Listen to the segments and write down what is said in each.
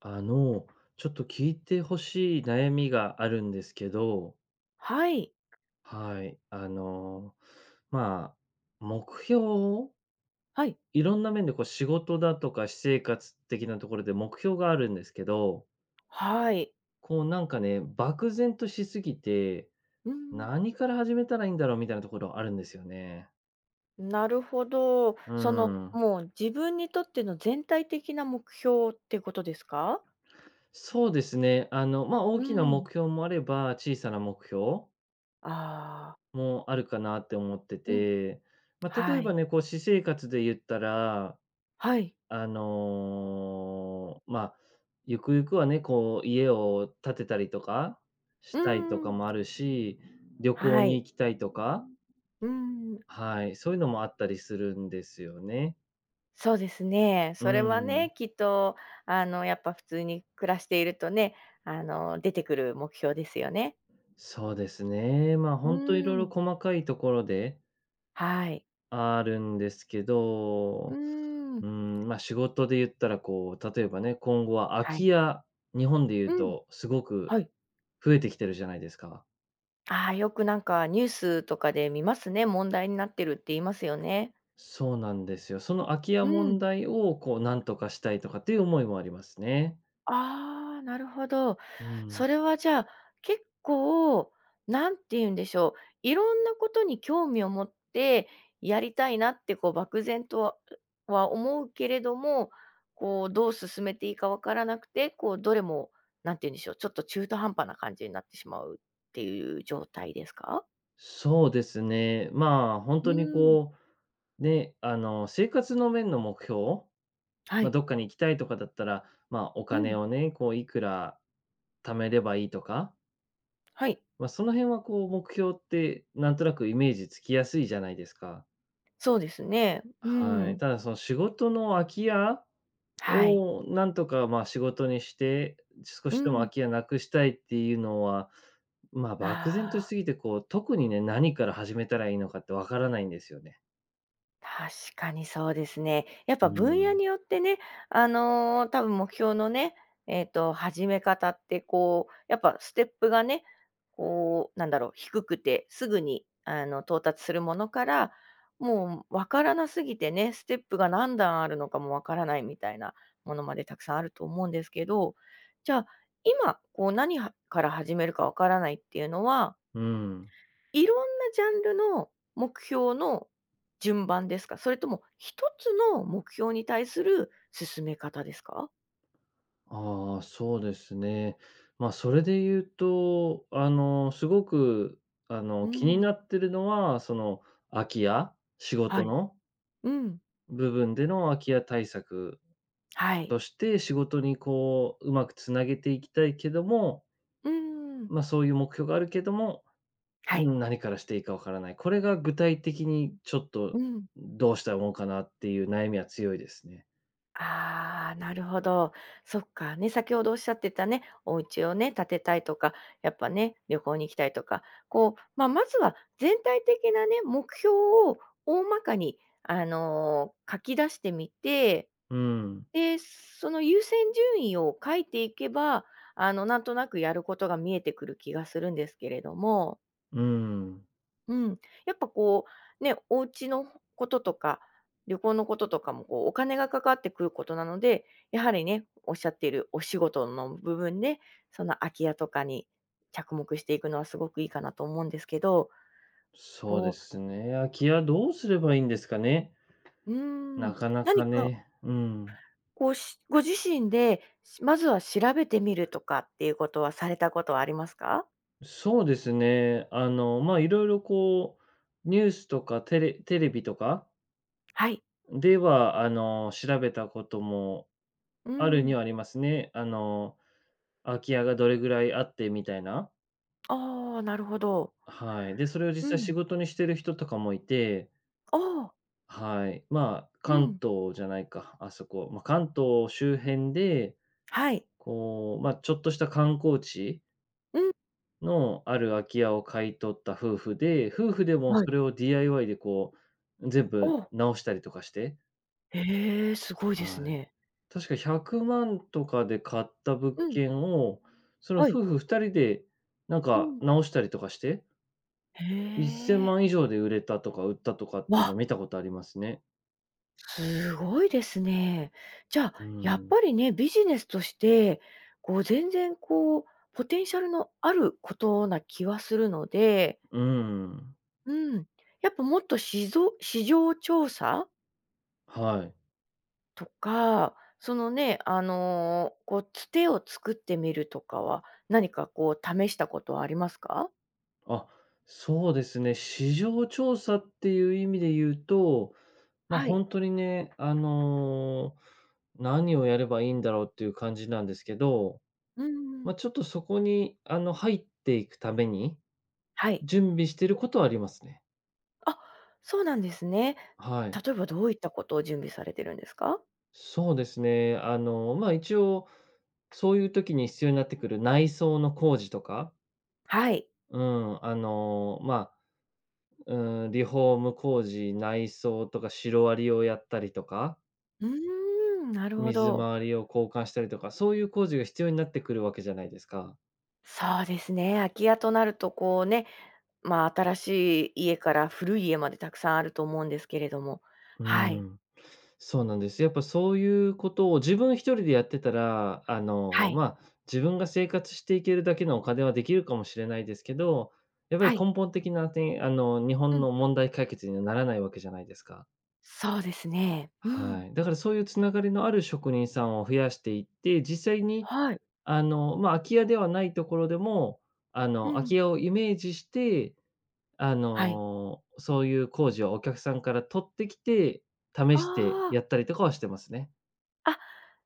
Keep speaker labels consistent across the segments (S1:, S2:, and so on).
S1: あの、ちょっと聞いてほしい悩みがあるんですけど、
S2: はい。
S1: はい。目標を
S2: はい。
S1: いろんな面でこう仕事だとか私生活的なところで目標があるんですけど、
S2: はい。
S1: こうなんかね、漠然としすぎて、
S2: うん、
S1: 何から始めたらいいんだろうみたいなところあるんですよね。
S2: なるほど。
S1: うん。
S2: もう自分にとっての全体的な目標ってことですか？
S1: そうですね。大
S2: う
S1: きな
S2: ん。
S1: 目標もあれば、小さな目標
S2: ああ、
S1: もあるかなって思って
S2: うん、
S1: て、まあ、例
S2: は
S1: えば
S2: い。
S1: ね、こう私生活で言ったら、
S2: はい。
S1: あの、まあ、ゆくゆくはね、こう家を建てたりとか
S2: う
S1: し
S2: ー
S1: たいとか
S2: ん、
S1: もあるし、旅行
S2: は
S1: に
S2: い。
S1: 行きたいとか、
S2: うーん、
S1: はい、そういうのもあったりするんですよね。
S2: そうですね。
S1: う
S2: それは
S1: ん。
S2: ね、きっと、やっぱ普通に暮らしているとね、出てくる目標ですよね。
S1: そうですね。まあ、
S2: う
S1: 本当い
S2: ー
S1: ろいろ
S2: ん、
S1: 細かいところで、
S2: はい。
S1: あるんですけ
S2: うー
S1: ど、
S2: ん、
S1: ま、仕事で言ったらこう、例えばね、今後は空
S2: は
S1: き
S2: い。
S1: 家、日本で言
S2: う
S1: う
S2: ん、
S1: とすごく
S2: はい。
S1: 増えてきてるじゃないですか。
S2: ああ、よくなんかニュースとかで見ますね。問題になってるって言いますよね。
S1: そうなんですよ。その空き家
S2: う
S1: 問
S2: ん。
S1: 題をこう何とかしたいとかっていう思いもありますね。
S2: ああ、なるほど。
S1: う
S2: そ
S1: ん。
S2: れはじゃあ、結構、なんて言うんでしょう、いろんなことに興味を持って、やりたいなってこう漠然とは思うけれども、こうどう進めていいかわからなくて、こうどれも、なんて言うんでしょう、ちょっと中途半端な感じになってしまうっていう状態ですか？
S1: そうですね。まあ、本
S2: う
S1: 当に
S2: ん。
S1: こう、ね、あの、生活の面の目標、
S2: は
S1: まあ、
S2: い。
S1: どっかに行きたいとかだったら、まあ、お
S2: う
S1: 金
S2: ん、
S1: をね、こういくら貯めればいいとか、
S2: はい。
S1: まあ、その辺はこう目標ってなんとなくイメージつきやすいじゃないですか。
S2: そうですね。う
S1: はい。
S2: ん。
S1: ただその仕事の空き家
S2: はい。
S1: をなんとか、ま、仕事にして、少
S2: う
S1: しでも空
S2: ん。
S1: き家なくしたいっていうのは、ま、漠然とし
S2: ああ、
S1: すぎて、こう特にね、何から始めたらいいのかってわからないんですよね。
S2: 確かにそうですね。やっ
S1: う
S2: ぱ分野
S1: ん。
S2: によってね、多分目標のね、始め方ってこう、やっぱステップがね、こう、なんだろう、低くてすぐに、到達するものから、もうわからなすぎてね、ステップが何段あるのかもわからないみたいなものまでたくさんあると思うんですけど、じゃあ、今、こう何はから始めるかわからないっていうのは
S1: うん。
S2: いろんなジャンルの目標の順番ですか？それとも一つの目標に対する進め方ですか？
S1: ああ、そうですね。まあ、それで言うと、あの、すごくあ
S2: う
S1: の、気に
S2: ん。
S1: なってるのは、その空き家、仕
S2: は
S1: 事
S2: い。
S1: の
S2: うん。
S1: 部分での空き家対策
S2: はい。
S1: として仕事にこう、うまくつなげていきたいけども、
S2: うん。
S1: まあ、そういう目標があるけども、
S2: は
S1: う
S2: い。
S1: ん、何からしていいかわからない。これが具体的にちょっ
S2: う
S1: と
S2: ん。
S1: どうしたらもんかなっていう悩みは強いですね。
S2: ああ、なるほど。そっか、ね、先ほどおっしゃってたね、お家をね、建てたいとか、やっぱね、旅行に行きたいとか、こう、まあ、まずは全体的なね、目標を大まかに、書き出してみて、
S1: うん、
S2: で、その優先順位を書いていけば、なんとなくやることが見えてくる気がするんですけれども、
S1: うん。
S2: うん、やっぱこう、ね、お家のこととか、旅行のこととかもこうお金がかかってくることなので、やはりね、おっしゃっているお仕事の部分で、その空き家とかに着目していくのはすごくいいかなと思うんですけど、
S1: そうで
S2: こ
S1: すね。空き家どうすればいいんですかね。
S2: う、
S1: なかなか
S2: 何か
S1: ね。うん。
S2: こうご自身で、まずは調べてみるとかっていうことはされたことはありますか？
S1: そうですね。まあ、いろいろこう、ニュースとかテレテレビとか
S2: はい。
S1: では、あの、調べたことも
S2: うー
S1: あるに
S2: ん。
S1: はありますね。空き家がどれぐらいあってみたいな。
S2: ああ、なるほど。
S1: はい。で、それを
S2: う
S1: 実際仕
S2: ん。
S1: 事にしてる人とかもいて、
S2: ああ。
S1: はい。まあ、
S2: う
S1: 関
S2: ん。
S1: 東じゃないか、あそこ。まあ、関東周辺で、
S2: はい。
S1: こう、まあ、ちょっとした観光地
S2: うん。
S1: のある空き家を買い取った夫婦で、夫婦でも
S2: はい。
S1: それを DIY でこう、全部
S2: おお。
S1: 直したりとかして、
S2: へえ、すごいです
S1: はい。
S2: ね。
S1: 確か100万とかで買った物
S2: うん。
S1: 件を、その
S2: はい。
S1: 夫婦2人でなん
S2: う
S1: か
S2: ん。
S1: 直したりとかして、
S2: へ
S1: 1000
S2: え。
S1: 万以上で売れたとか売ったとかっていうのは
S2: わ、
S1: 見たことありますね。
S2: すごいですね。じゃあ、
S1: う
S2: やっ
S1: ん。
S2: ぱりね、ビジネスとして、こう全然こう、ポテンシャルのあることな気はするので、
S1: うーん。
S2: うん、やっぱもっと市場調査
S1: はい。
S2: とか、そのね、こう、つてを作ってみるとかは、何かこう試したことはありますか？
S1: あ、そうですね。市場調査っていう意味で言うと、ま、
S2: は
S1: ほ
S2: い。
S1: んとにね、あの、何をやればいいんだろうっていう感じなんですけど、
S2: うんうん。
S1: ま、ちょっとそこに、あの、入っていくために
S2: はい。
S1: 準備してることはありますね。
S2: あ、そうなんですね。
S1: はい。
S2: 例えばどういったことを準備されてるんですか？
S1: そうですね。一応、そういう時に必要になってくる内装の工事とか、
S2: はい。
S1: うん、リフォーム工事、内装とか、シロアリをやったりとか、
S2: うーん、なるほ
S1: 水
S2: ど。
S1: 回りを交換したりとか、そういう工事が必要になってくるわけじゃないですか。
S2: そうですね、空き家となるとこうね、まあ、新しい家から古い家までたくさんあると思うんですけれども。
S1: う
S2: はい。
S1: ん。そうなんです。やっぱそういうことを自分一人でやってたら、
S2: はい。
S1: まあ、自分が生活していけるだけのお金はできるかもしれないですけど、やっぱり
S2: はい。
S1: 根本的なてあの、日
S2: う
S1: 本
S2: ん。
S1: の問題解決にはならないわけじゃないですか。
S2: そうですね。うん。
S1: はい。だからそういうつながりのある職人さんを増やしていって、実際に、
S2: はい。
S1: まあ、空き家ではないところでも、
S2: う
S1: 空き
S2: ん。
S1: 家をイメージして、
S2: はい。
S1: そういう工事をお客さんから取ってきて、試
S2: あ
S1: して
S2: あ、
S1: やったりとかはしてますね。
S2: あ、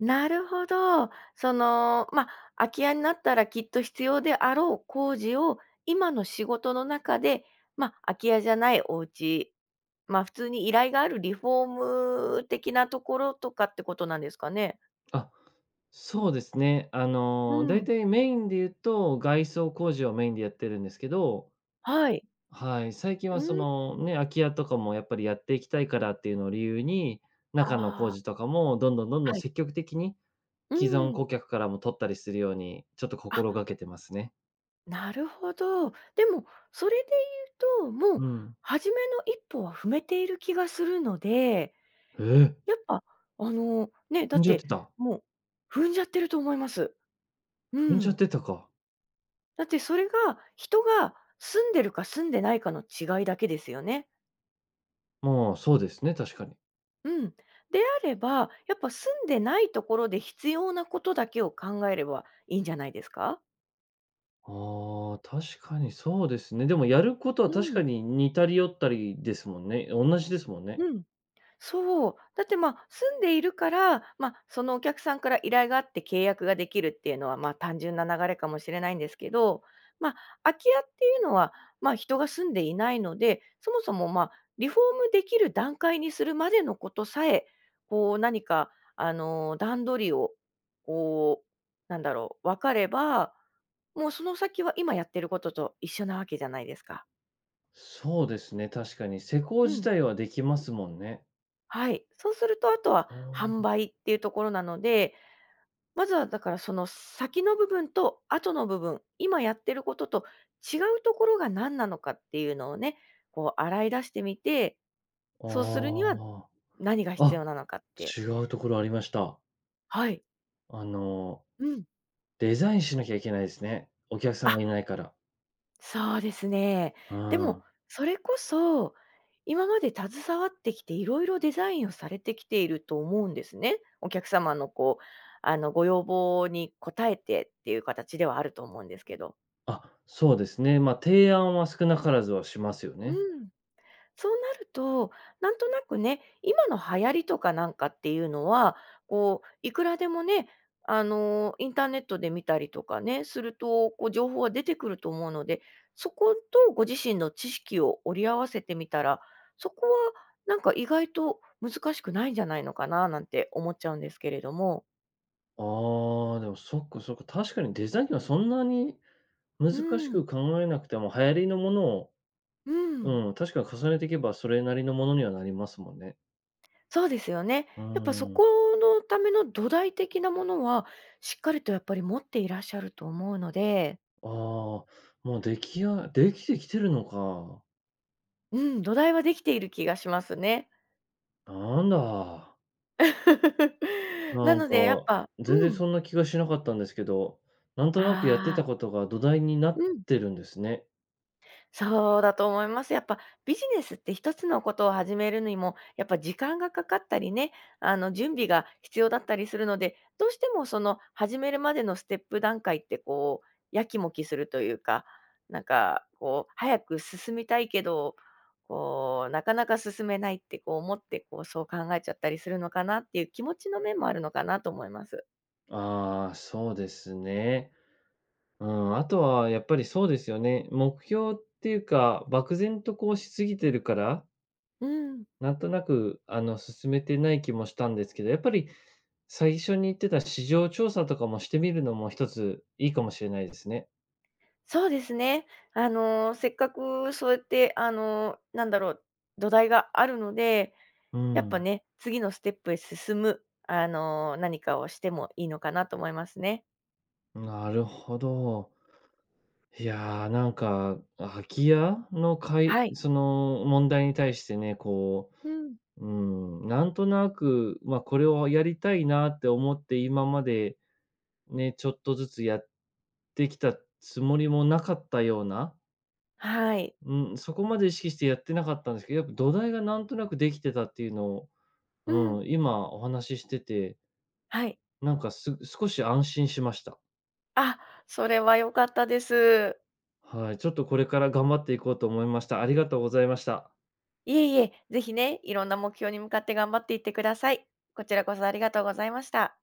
S2: なるほど。まあ、空き家になったらきっと必要であろう工事を、今の仕事の中で、まあ、空き家じゃないお家、まあ、普通に依頼があるリフォーム的なところとかってことなんですかね？
S1: あ、そうですね。
S2: う
S1: だい
S2: ん、
S1: たいメインで言うと、外装工事をメインでやってるんですけど、
S2: はい。
S1: はい、最近
S2: う
S1: はそ
S2: ん、
S1: のね、空き家とかもやっぱりやっていきたいからっていうのを理由に、中の工
S2: あ
S1: 事
S2: あ、
S1: とかもどんどん
S2: はい。
S1: 積極的に
S2: う
S1: 既存
S2: ん。
S1: 顧客からも取ったりするように、ちょっと
S2: あ、
S1: 心がけてますね。
S2: なるほど。でも、それで言うと、もう
S1: うん。
S2: 初めの一歩は踏めている気がするので
S1: ええ、
S2: やっぱ、ね、
S1: 踏
S2: だっ
S1: んじゃっ
S2: て、
S1: てた。
S2: もう踏んじゃってると思います。う
S1: 踏んじゃっ
S2: ん。
S1: てたか。
S2: だってそれが、人が住んでるか住んでないかの違いだけですよね。
S1: まあ、そうですね、確かに。
S2: うん。であれば、やっぱ住んでないところで必要なことだけを考えればいいんじゃないですか？
S1: ああ、確かにそうですね。でもやることは
S2: う
S1: 確
S2: ん、
S1: かに似たり寄ったりですもんね。同じですもん
S2: う
S1: ね。
S2: ん。そう。だって、まあ、住んでいるから、まあ、そのお客さんから依頼があって契約ができるっていうのは、まあ、単純な流れかもしれないんですけど、まあ、空き家っていうのは、まあ、人が住んでいないので、そもそも、まあ、リフォームできる段階にするまでのことさえ、こう、何か、段取りを、こう、なんだろう、分かれば、もうその先は今やってることと一緒なわけじゃないですか。
S1: そうですね、確かに。施工
S2: う
S1: 自
S2: ん。
S1: 体はできますもんね。
S2: はい。そうすると、あとは
S1: あ
S2: 販
S1: ー
S2: 売っていうところなので、まずはだからその先の部分と後の部分、今やってることと違うところが何なのかっていうのをね、こう洗い出してみて、
S1: あ
S2: そうするには
S1: ー、
S2: 何が必
S1: ああ、
S2: 要なのかって。
S1: 違うところありました。
S2: はい。
S1: あの、
S2: うん。
S1: デザインしなきゃいけないですね。お客さん
S2: あ、
S1: がいないから。
S2: そうですね。
S1: う
S2: でも、
S1: ん。
S2: それこそ、今まで携わってきていろいろデザインをされてきていると思うんですね。お客様のこう、ご要望に応えてっていう形ではあると思うんですけど。
S1: あ、そうですね。まあ、提案は少なからずはしますよ
S2: う
S1: ね。
S2: ん。そうなると、なんとなくね、今の流行りとかなんかっていうのは、こう、いくらでもね、インターネットで見たりとかね、すると、こう、情報は出てくると思うので、そことご自身の知識を折り合わせてみたら、そこはなんか意外と難しくないんじゃないのかななんて思っちゃうんですけれども。
S1: ああ、でもそっかそっか。確かにデザインはそんなに難
S2: う
S1: しく
S2: ん、
S1: 考えなくても、流行りのものを、
S2: うん。
S1: うん、確かに重ねていけばそれなりのものにはなりますもんね。
S2: そうですよね。
S1: う
S2: やっぱそ
S1: ん。
S2: このための土台的なものは、しっかりとやっぱり持っていらっしゃると思うので。
S1: ああ、もう出来やできてきてるのか。
S2: うん、土台はできている気がしますね。
S1: なんだ。
S2: な
S1: なん
S2: のでやっ
S1: か、
S2: ぱ
S1: 全
S2: う
S1: 然
S2: ん。
S1: そんな気がしなかったんですけど、なんとなくやって
S2: あ
S1: た
S2: あ、
S1: ことが土台になっ
S2: うん。
S1: てるんですね。
S2: そうだと思います。やっぱビジネスって一つのことを始めるにも、やっぱ時間がかかったりね、準備が必要だったりするので、どうしてもその始めるまでのステップ段階ってこう、やきもきするというか、なんかこう、早く進みたいけど、こう、なかなか進めないってこう思って、こう、そう考えちゃったりするのかなっていう気持ちの面もあるのかなと思います。
S1: ああ、そうですね。うん、あとはやっぱりそうですよね。目標っていうか、漠然とこうしすぎてるから
S2: うん。
S1: なんとなく、進めてない気もしたんですけど、やっぱり最初に言ってた市場調査とかもしてみるのも一ついいかもしれないですね。
S2: そうですね。せっかくそうやって、なんだろう、土台があるので、
S1: う
S2: やっぱ
S1: ん、
S2: ね、次のステップへ進む、何かをしてもいいのかなと思いますね。
S1: なるほど。いやー、なんか、空き家のかい
S2: はい。
S1: その問題に対してね、こ
S2: うん。
S1: う、うん、なんとなく、まあ、これをやりたいなって思って今までね、ちょっとずつやってきたつもりもなかったような、
S2: はい。
S1: うん、そこまで意識してやってなかったんですけど、やっぱ土台がなんとなくできてたっていうのを、
S2: う
S1: う
S2: ん。
S1: ん、今お話ししてて、
S2: はい。
S1: なんかす少し安心しました。
S2: あ、それは良かったです。
S1: はい、ちょっとこれから頑張っていこうと思いました。ありがとうございました。
S2: いえいえ、ぜひね、いろんな目標に向かって頑張っていってください。こちらこそありがとうございました。